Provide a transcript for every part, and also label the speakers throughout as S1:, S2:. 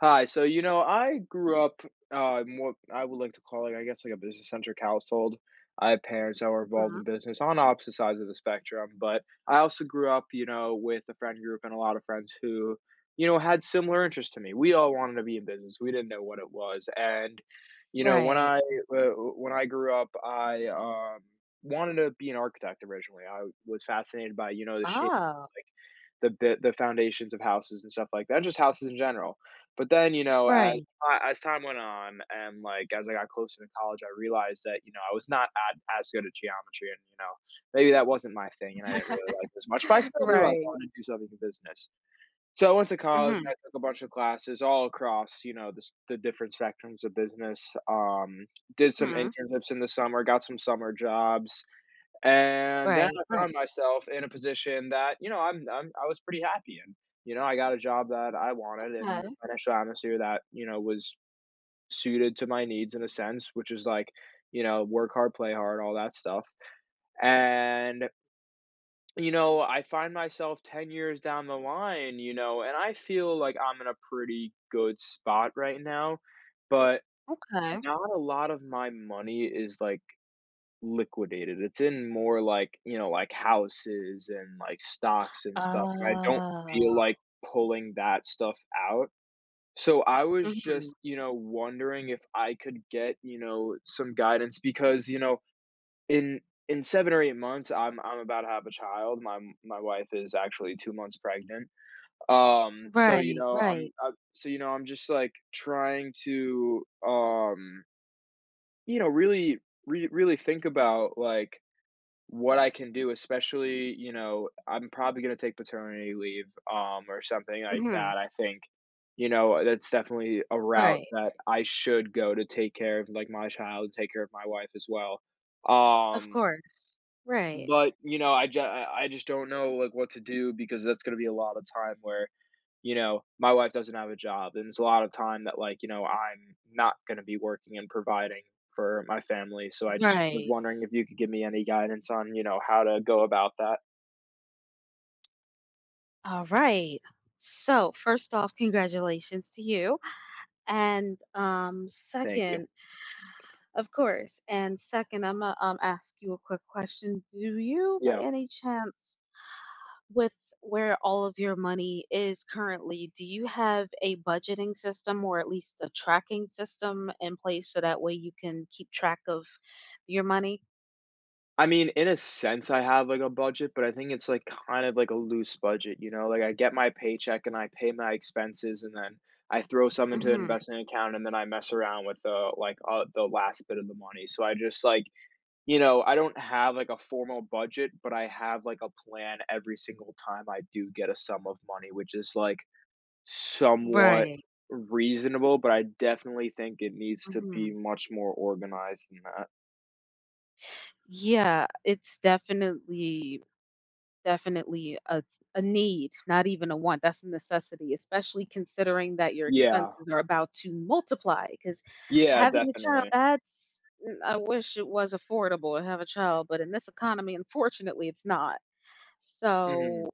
S1: Hi. So, I grew up in what I would like to call, like, I guess, like a business centric household. I have parents that were involved in
S2: Mhm.
S1: business on opposite sides of the spectrum, but I also grew up, with a friend group and a lot of friends who, had similar interests to me. We all wanted to be in business. We didn't know what it was, and you know, when
S2: Right.
S1: I when I grew up, I wanted to be an architect originally. I was fascinated by, the shape,
S2: Oh.
S1: like the foundations of houses and stuff like that, just houses in general. But then,
S2: Right.
S1: as time went on and, like, as I got closer to college, I realized that, I was not at as good at geometry and, maybe that wasn't my thing and I didn't really like it as much, but I still knew I
S2: Right.
S1: wanted to do something in business. So I went to college and
S2: Mhm,
S1: I took a bunch of classes all across, the different spectrums of business, um, did some
S2: mhm.
S1: internships in the summer, got some summer jobs, and then
S2: Right,
S1: I found
S2: right.
S1: myself in a position that, I was pretty happy in. I got a job that I wanted and a
S2: Okay,
S1: financial atmosphere that, was suited to my needs in a sense, which is like, work hard, play hard, all that stuff. And, I find myself 10 years down the line, and I feel like I'm in a pretty good spot right now, but
S2: okay.
S1: not a lot of my money is, like, liquidated. It's in more like, like houses and like stocks and stuff, and I don't feel
S2: Oh.
S1: like pulling that stuff out. So I was just,
S2: Mhm.
S1: wondering if I could get, some guidance because, in in 7 or 8 months, I'm about to have a child. My wife is actually 2 months pregnant. So,
S2: Right, right.
S1: I'm I so, I'm just, like, trying to, really re really think about, like, what I can do, especially, I'm probably gonna take paternity leave, or something like
S2: Mhm.
S1: that, I think, that's definitely a route
S2: Right.
S1: that I should go to take care of, like, my child, take care of my wife as well.
S2: Of
S1: Um,
S2: course. Right.
S1: but, I just don't know, like, what to do because that's gonna be a lot of time where my wife doesn't have a job, and it's a lot of time that, like, I'm not gonna be working and providing for my family, so I just was
S2: Right.
S1: wondering if you could give me any guidance on, how to go about that?
S2: Alright. So, first off, congratulations to you, and,
S1: Thank you.
S2: second of course, and second, Imma, ask you a quick question. Do you, by
S1: Yeah.
S2: any chance with where all of your money is currently, do you have a budgeting system or at least a tracking system in place so that way you can keep track of your money?
S1: I mean, in a sense, I have, like, a budget, but I think it's, like, kind of like a loose budget, you know? Like, I get my paycheck, and I pay my expenses, and then I throw some into an
S2: Mhm.
S1: investing account, and then I mess around with the, like, the last bit of the money, so I just, like. I don't have, like, a formal budget, but I have, like, a plan every single time I do get a sum of money, which is, like, somewhat
S2: Right.
S1: reasonable, but I definitely think it needs to be
S2: Mhm.
S1: much more organized than that.
S2: Yeah, it's definitely a need, not even a want. That's a necessity, especially considering that your
S1: Yeah.
S2: expenses are about to multiply. Because
S1: Yeah,
S2: having a child,
S1: definitely.
S2: that's I wish it was affordable to have a child, but in this economy, unfortunately, it's not. So,
S1: Mhm.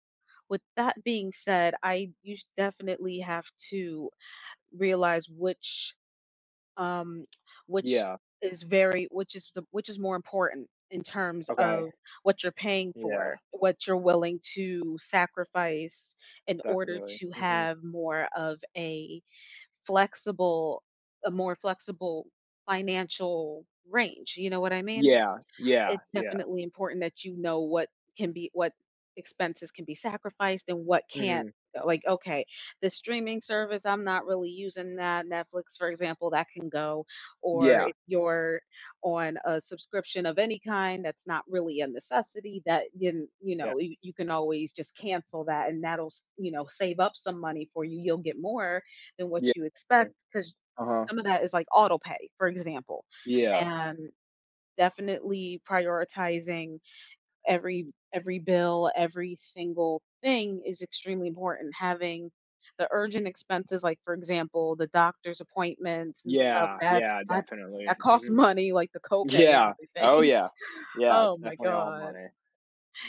S2: with that being said, I you sh- definitely have to realize um, which
S1: Yeah.
S2: is very which is the which is more important in terms
S1: Okay.
S2: of what you're paying for,
S1: Yeah,
S2: what you're willing to sacrifice in order
S1: definitely.
S2: to
S1: Mhm.
S2: have more of a flexible a more flexible financial range, you know what I mean?
S1: Yeah, yeah,
S2: It's
S1: yeah.
S2: definitely important that you know what can be what expenses can be sacrificed and what can't.
S1: Mhm.
S2: Like, okay, the streaming service, I'm not really using that. Netflix, for example, that can go. Or
S1: Yeah,
S2: if you're on a subscription of any kind that's not really a necessity, that you
S1: yeah,
S2: know, you can always just cancel that and that'll, s- you know, save up some money for you. You'll get more than
S1: yeah,
S2: what you expect because
S1: uh-huh.
S2: some of that is like auto pay, for example.
S1: Yeah.
S2: And definitely prioritizing every bill, every single thing is extremely important. Having the urgent expenses, like for example, the doctor's appointments and stuff,
S1: Yeah,
S2: that's
S1: yeah,
S2: that's
S1: definitely.
S2: that costs
S1: Mhm.
S2: money, like the copay and
S1: Yeah. Oh,
S2: everything.
S1: yeah. Yeah, it's
S2: Oh my
S1: definitely all
S2: god.
S1: money.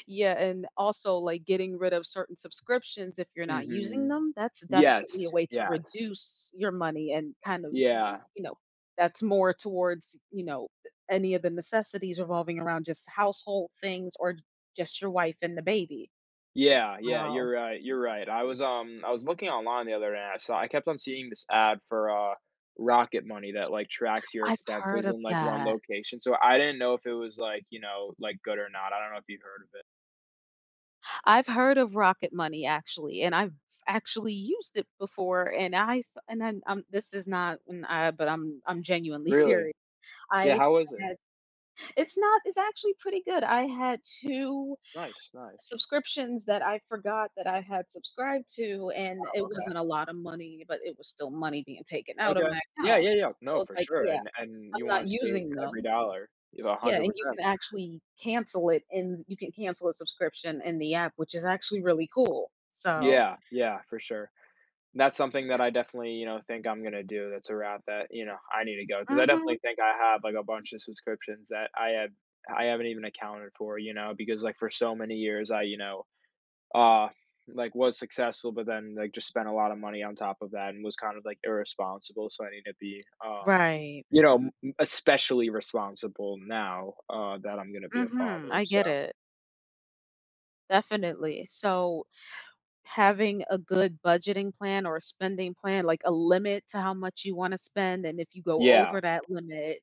S2: Yeah, and also, like, getting rid of certain subscriptions if you're not using
S1: Mhm.
S2: them, that's definitely
S1: Yes,
S2: a way to
S1: yes.
S2: reduce your money and kind of,
S1: Yeah.
S2: you know, that's more towards, you know, any of the necessities revolving around just household things or just your wife and the baby.
S1: Yeah, yeah, you're
S2: Wow.
S1: right, you're right. I was, looking online the other day, and I kept on seeing this ad for, Rocket Money that, like, tracks your
S2: I've heard
S1: expenses
S2: of
S1: in, like, one
S2: that.
S1: location, so I didn't know if it was, like, like, good or not. I don't know if you heard of it.
S2: I've heard of Rocket Money actually, and I've actually used it before and and I'm this is not an I but I'm genuinely
S1: Really?
S2: serious.
S1: Yeah,
S2: I
S1: how was it?
S2: had It's not it's actually pretty good. I had 2
S1: Nice, nice.
S2: subscriptions that I forgot that I had subscribed to, and
S1: Oh,
S2: it
S1: okay.
S2: wasn't a lot of money, but it was still money being taken out of
S1: Okay.
S2: my
S1: Yeah,
S2: account.
S1: yeah, yeah.
S2: So,
S1: No,
S2: it's
S1: for
S2: like,
S1: sure,
S2: yeah,
S1: and
S2: I'm
S1: you
S2: not
S1: wanna save
S2: using
S1: every
S2: them.
S1: dollar. You have
S2: Yeah, and you
S1: 100%.
S2: can actually cancel it and you can cancel a subscription in the app, which is actually really cool. So
S1: Yeah, yeah, for sure. That's something that I definitely, think I'm gonna do. That's a route that, I need to go because I definitely
S2: mhm.
S1: think I have, like, a bunch of subscriptions that I haven't even accounted for, because, like, for so many years, I, uh, like, was successful, but then, like, just spent a lot of money on top of that and was kind of, like, irresponsible, so I need to be,
S2: Right.
S1: you know, m especially responsible now, that I'm gonna be a
S2: Mhm,
S1: father,
S2: I get
S1: so.
S2: it, definitely. So having a good budgeting plan or a spending plan, like a limit to how much you wanna spend, and if you go
S1: Yeah.
S2: over that limit,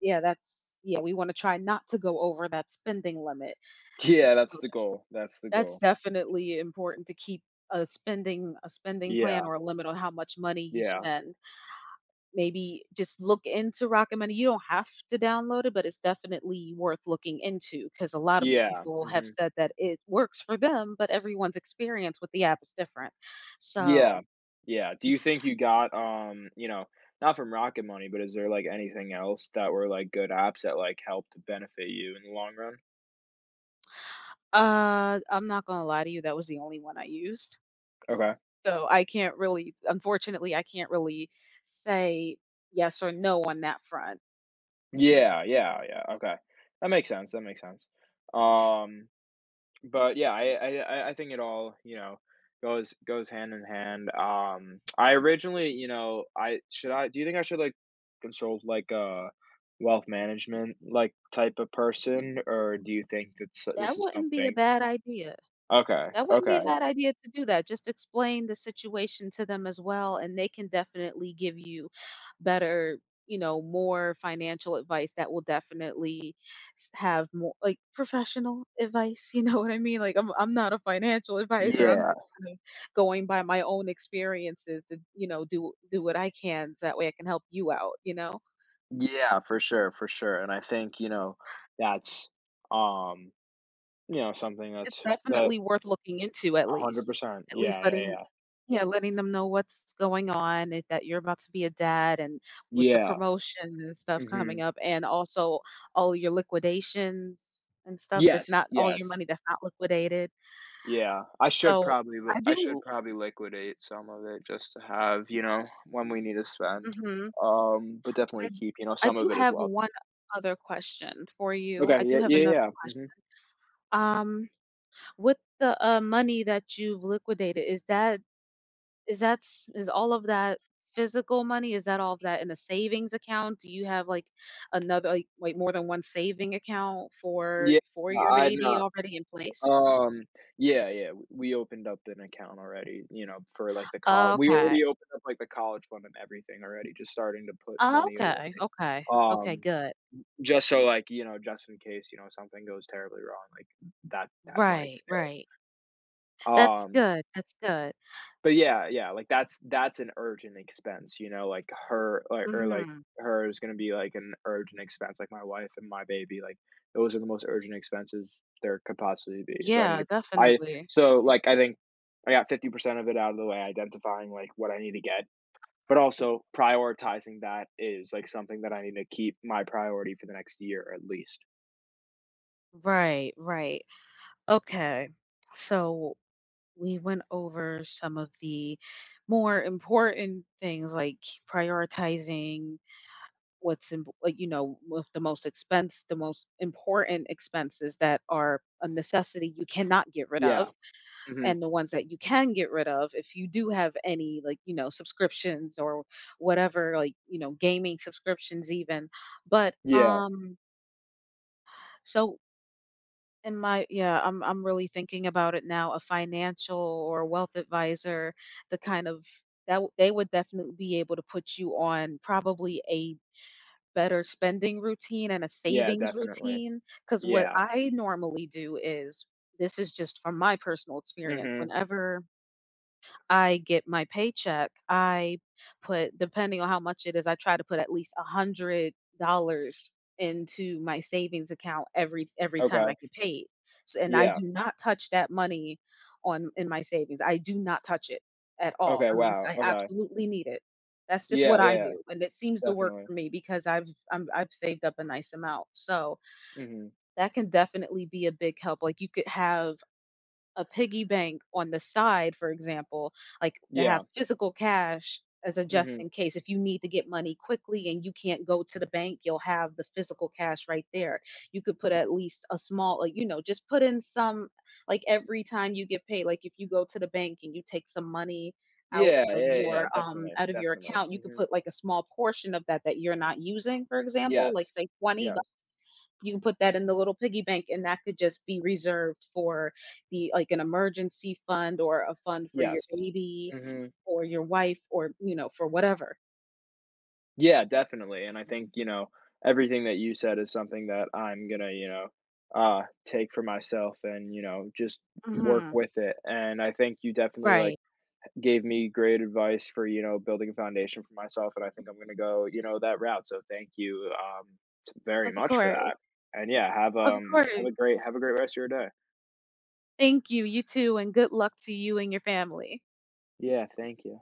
S2: yeah, that's yeah, we wanna try not to go over that spending limit.
S1: Yeah, that's
S2: Um,
S1: the goal, that's the
S2: that's
S1: goal.
S2: definitely important to keep a spending plan
S1: Yeah,
S2: or a limit on how much money you
S1: yeah.
S2: spend. Maybe just look into Rocket Money, you don't have to download it, but it's definitely worth looking into because a lot of
S1: Yeah,
S2: people have
S1: mhm.
S2: said that it works for them, but everyone's experience with the app is different.
S1: Yeah,
S2: So
S1: yeah. Do you think you got, not from Rocket Money, but is there, like, anything else that were, like, good apps that, like, helped to benefit you in the long run?
S2: I'm not gonna lie to you, that was the only one I used.
S1: Okay.
S2: So I can't really unfortunately, I can't really say yes or no on that front.
S1: Yeah, yeah, yeah, okay. That makes sense, that makes sense. Um but yeah, I think it all, goes hand in hand. I originally, I do you think I should like consult like a wealth management like type of person or do you think that this
S2: That
S1: is
S2: wouldn't be a
S1: something?
S2: bad idea.
S1: Okay,
S2: That wouldn't be a
S1: okay,
S2: bad idea to do that. Just explain the situation to them as well, and they can definitely give you better, you know, more financial advice that will definitely s- have more like professional advice. You know what I mean? Like I'm not a financial advisor. I'm
S1: yeah,
S2: just kind of going by my own experiences to, you know, do what I can so that way I can help you out, you know?
S1: yeah, for sure, for sure. And I think, that's, um something
S2: It's
S1: that's that
S2: definitely worth looking into at
S1: a hundred
S2: least.
S1: percent.
S2: At
S1: Yeah,
S2: least
S1: yeah,
S2: letting
S1: yeah,
S2: Yeah, letting them know what's going on, eh, that you're about to be a dad and with the
S1: yeah.
S2: promotion and stuff
S1: Hmm.
S2: coming up and also all your liquidations and stuff that's
S1: Yes,
S2: not all your
S1: yes.
S2: money that's not liquidated.
S1: Yeah, I should
S2: So,
S1: probably li
S2: I
S1: I should
S2: do
S1: probably liquidate some of it just to have, when we need to spend,
S2: mhm,
S1: but
S2: I
S1: definitely keep,
S2: I
S1: some
S2: do
S1: of it as
S2: have
S1: well.
S2: one other question for you.
S1: Okay,
S2: I do
S1: yeah,
S2: have
S1: yeah,
S2: another
S1: yeah,
S2: question.
S1: mhm.
S2: Um, with the, money that you've liquidated, is all of that physical money? Is that all of that in a savings account? Do you have like another like more than one saving account for
S1: Yeah,
S2: your
S1: I
S2: baby
S1: know,
S2: already in place?
S1: um, yeah, yeah, w we opened up an account already, for, like, the col we
S2: Okay.
S1: already opened up, like, the college fund and everything already, just starting to put money
S2: Okay,
S1: away,
S2: okay, okay,
S1: um,
S2: good.
S1: just so, like, just in case, something goes terribly wrong, like, that
S2: Right,
S1: money's
S2: right.
S1: there,
S2: That's
S1: um
S2: good, that's good.
S1: But yeah, yeah, like that's an urgent expense, like her or like
S2: Mhm.
S1: her is gonna be like an urgent expense, like my wife and my baby, like those are the most urgent expenses there could possibly be. So I need
S2: Yeah,
S1: to I
S2: definitely.
S1: so like I think I got 50% of it out of the way, identifying like what I need to get, but also prioritizing that is like something that I need to keep my priority for the next year at least.
S2: Right, right. Okay. So we went over some of the more important things like prioritizing what's in, you know, with the most expense, the most important expenses that are a necessity you cannot get rid
S1: Yeah.
S2: of.
S1: Mhm.
S2: And the ones that you can get rid of, if you do have any, like, you know, subscriptions or whatever, like, you know, gaming subscriptions even. But,
S1: Yeah.
S2: so in my, yeah, I'm really thinking about it now, a financial or wealth advisor, the kind of, that w- they would definitely be able to put you on probably a better spending routine and a
S1: Yeah,
S2: savings
S1: definitely.
S2: routine because what
S1: Yeah.
S2: I normally do is this is just from my personal experience,
S1: Mhm.
S2: whenever I get my paycheck, I put depending on how much it is, I try to put at least $100 into my savings account every time
S1: Okay.
S2: I get paid. So, and I
S1: Yeah.
S2: do not touch that money on in my savings. I do not touch it at all
S1: Okay,
S2: unless
S1: wow.
S2: I
S1: Okay.
S2: absolutely need it. That's just what
S1: Yeah,
S2: I
S1: yeah,
S2: do, and it seems to work
S1: definitely.
S2: for me because I've saved up a nice amount. So
S1: Mhm.
S2: that can definitely be a big help. Like you could have a piggy bank on the side, for example, like to
S1: Yeah.
S2: have physical cash as a just
S1: Mhm.
S2: in case. If you need to get money quickly and you can't go to the bank, you'll have the physical cash right there. You could put at least a small, like, you know, just put in some, like every time you get paid, like if you go to the bank and you take some money
S1: Yeah, yeah, yeah, yeah, definitely,
S2: out of your
S1: definitely.
S2: account, you could
S1: Mhm.
S2: put like a small portion of that that you're not using, for example,
S1: Yes.
S2: like say 20
S1: Yes.
S2: bucks You can put that in the little piggy bank and that could just be reserved for the like an emergency fund or a fund for your
S1: Yes.
S2: baby
S1: Mhm.
S2: or your wife or, you know, for whatever.
S1: Yeah, definitely, and I think, everything that you said is something that I'm gonna, take for myself and, just work
S2: Mhm.
S1: with it, and I think you definitely, like,
S2: Right.
S1: gave me great advice for, building a foundation for myself, and I think I'm gonna go, that route, so thank you, t very
S2: Of
S1: much for that,
S2: course.
S1: and yeah,
S2: Of course.
S1: have a great rest of your day.
S2: Thank you. You too. And good luck to you and your family.
S1: Yeah, thank you.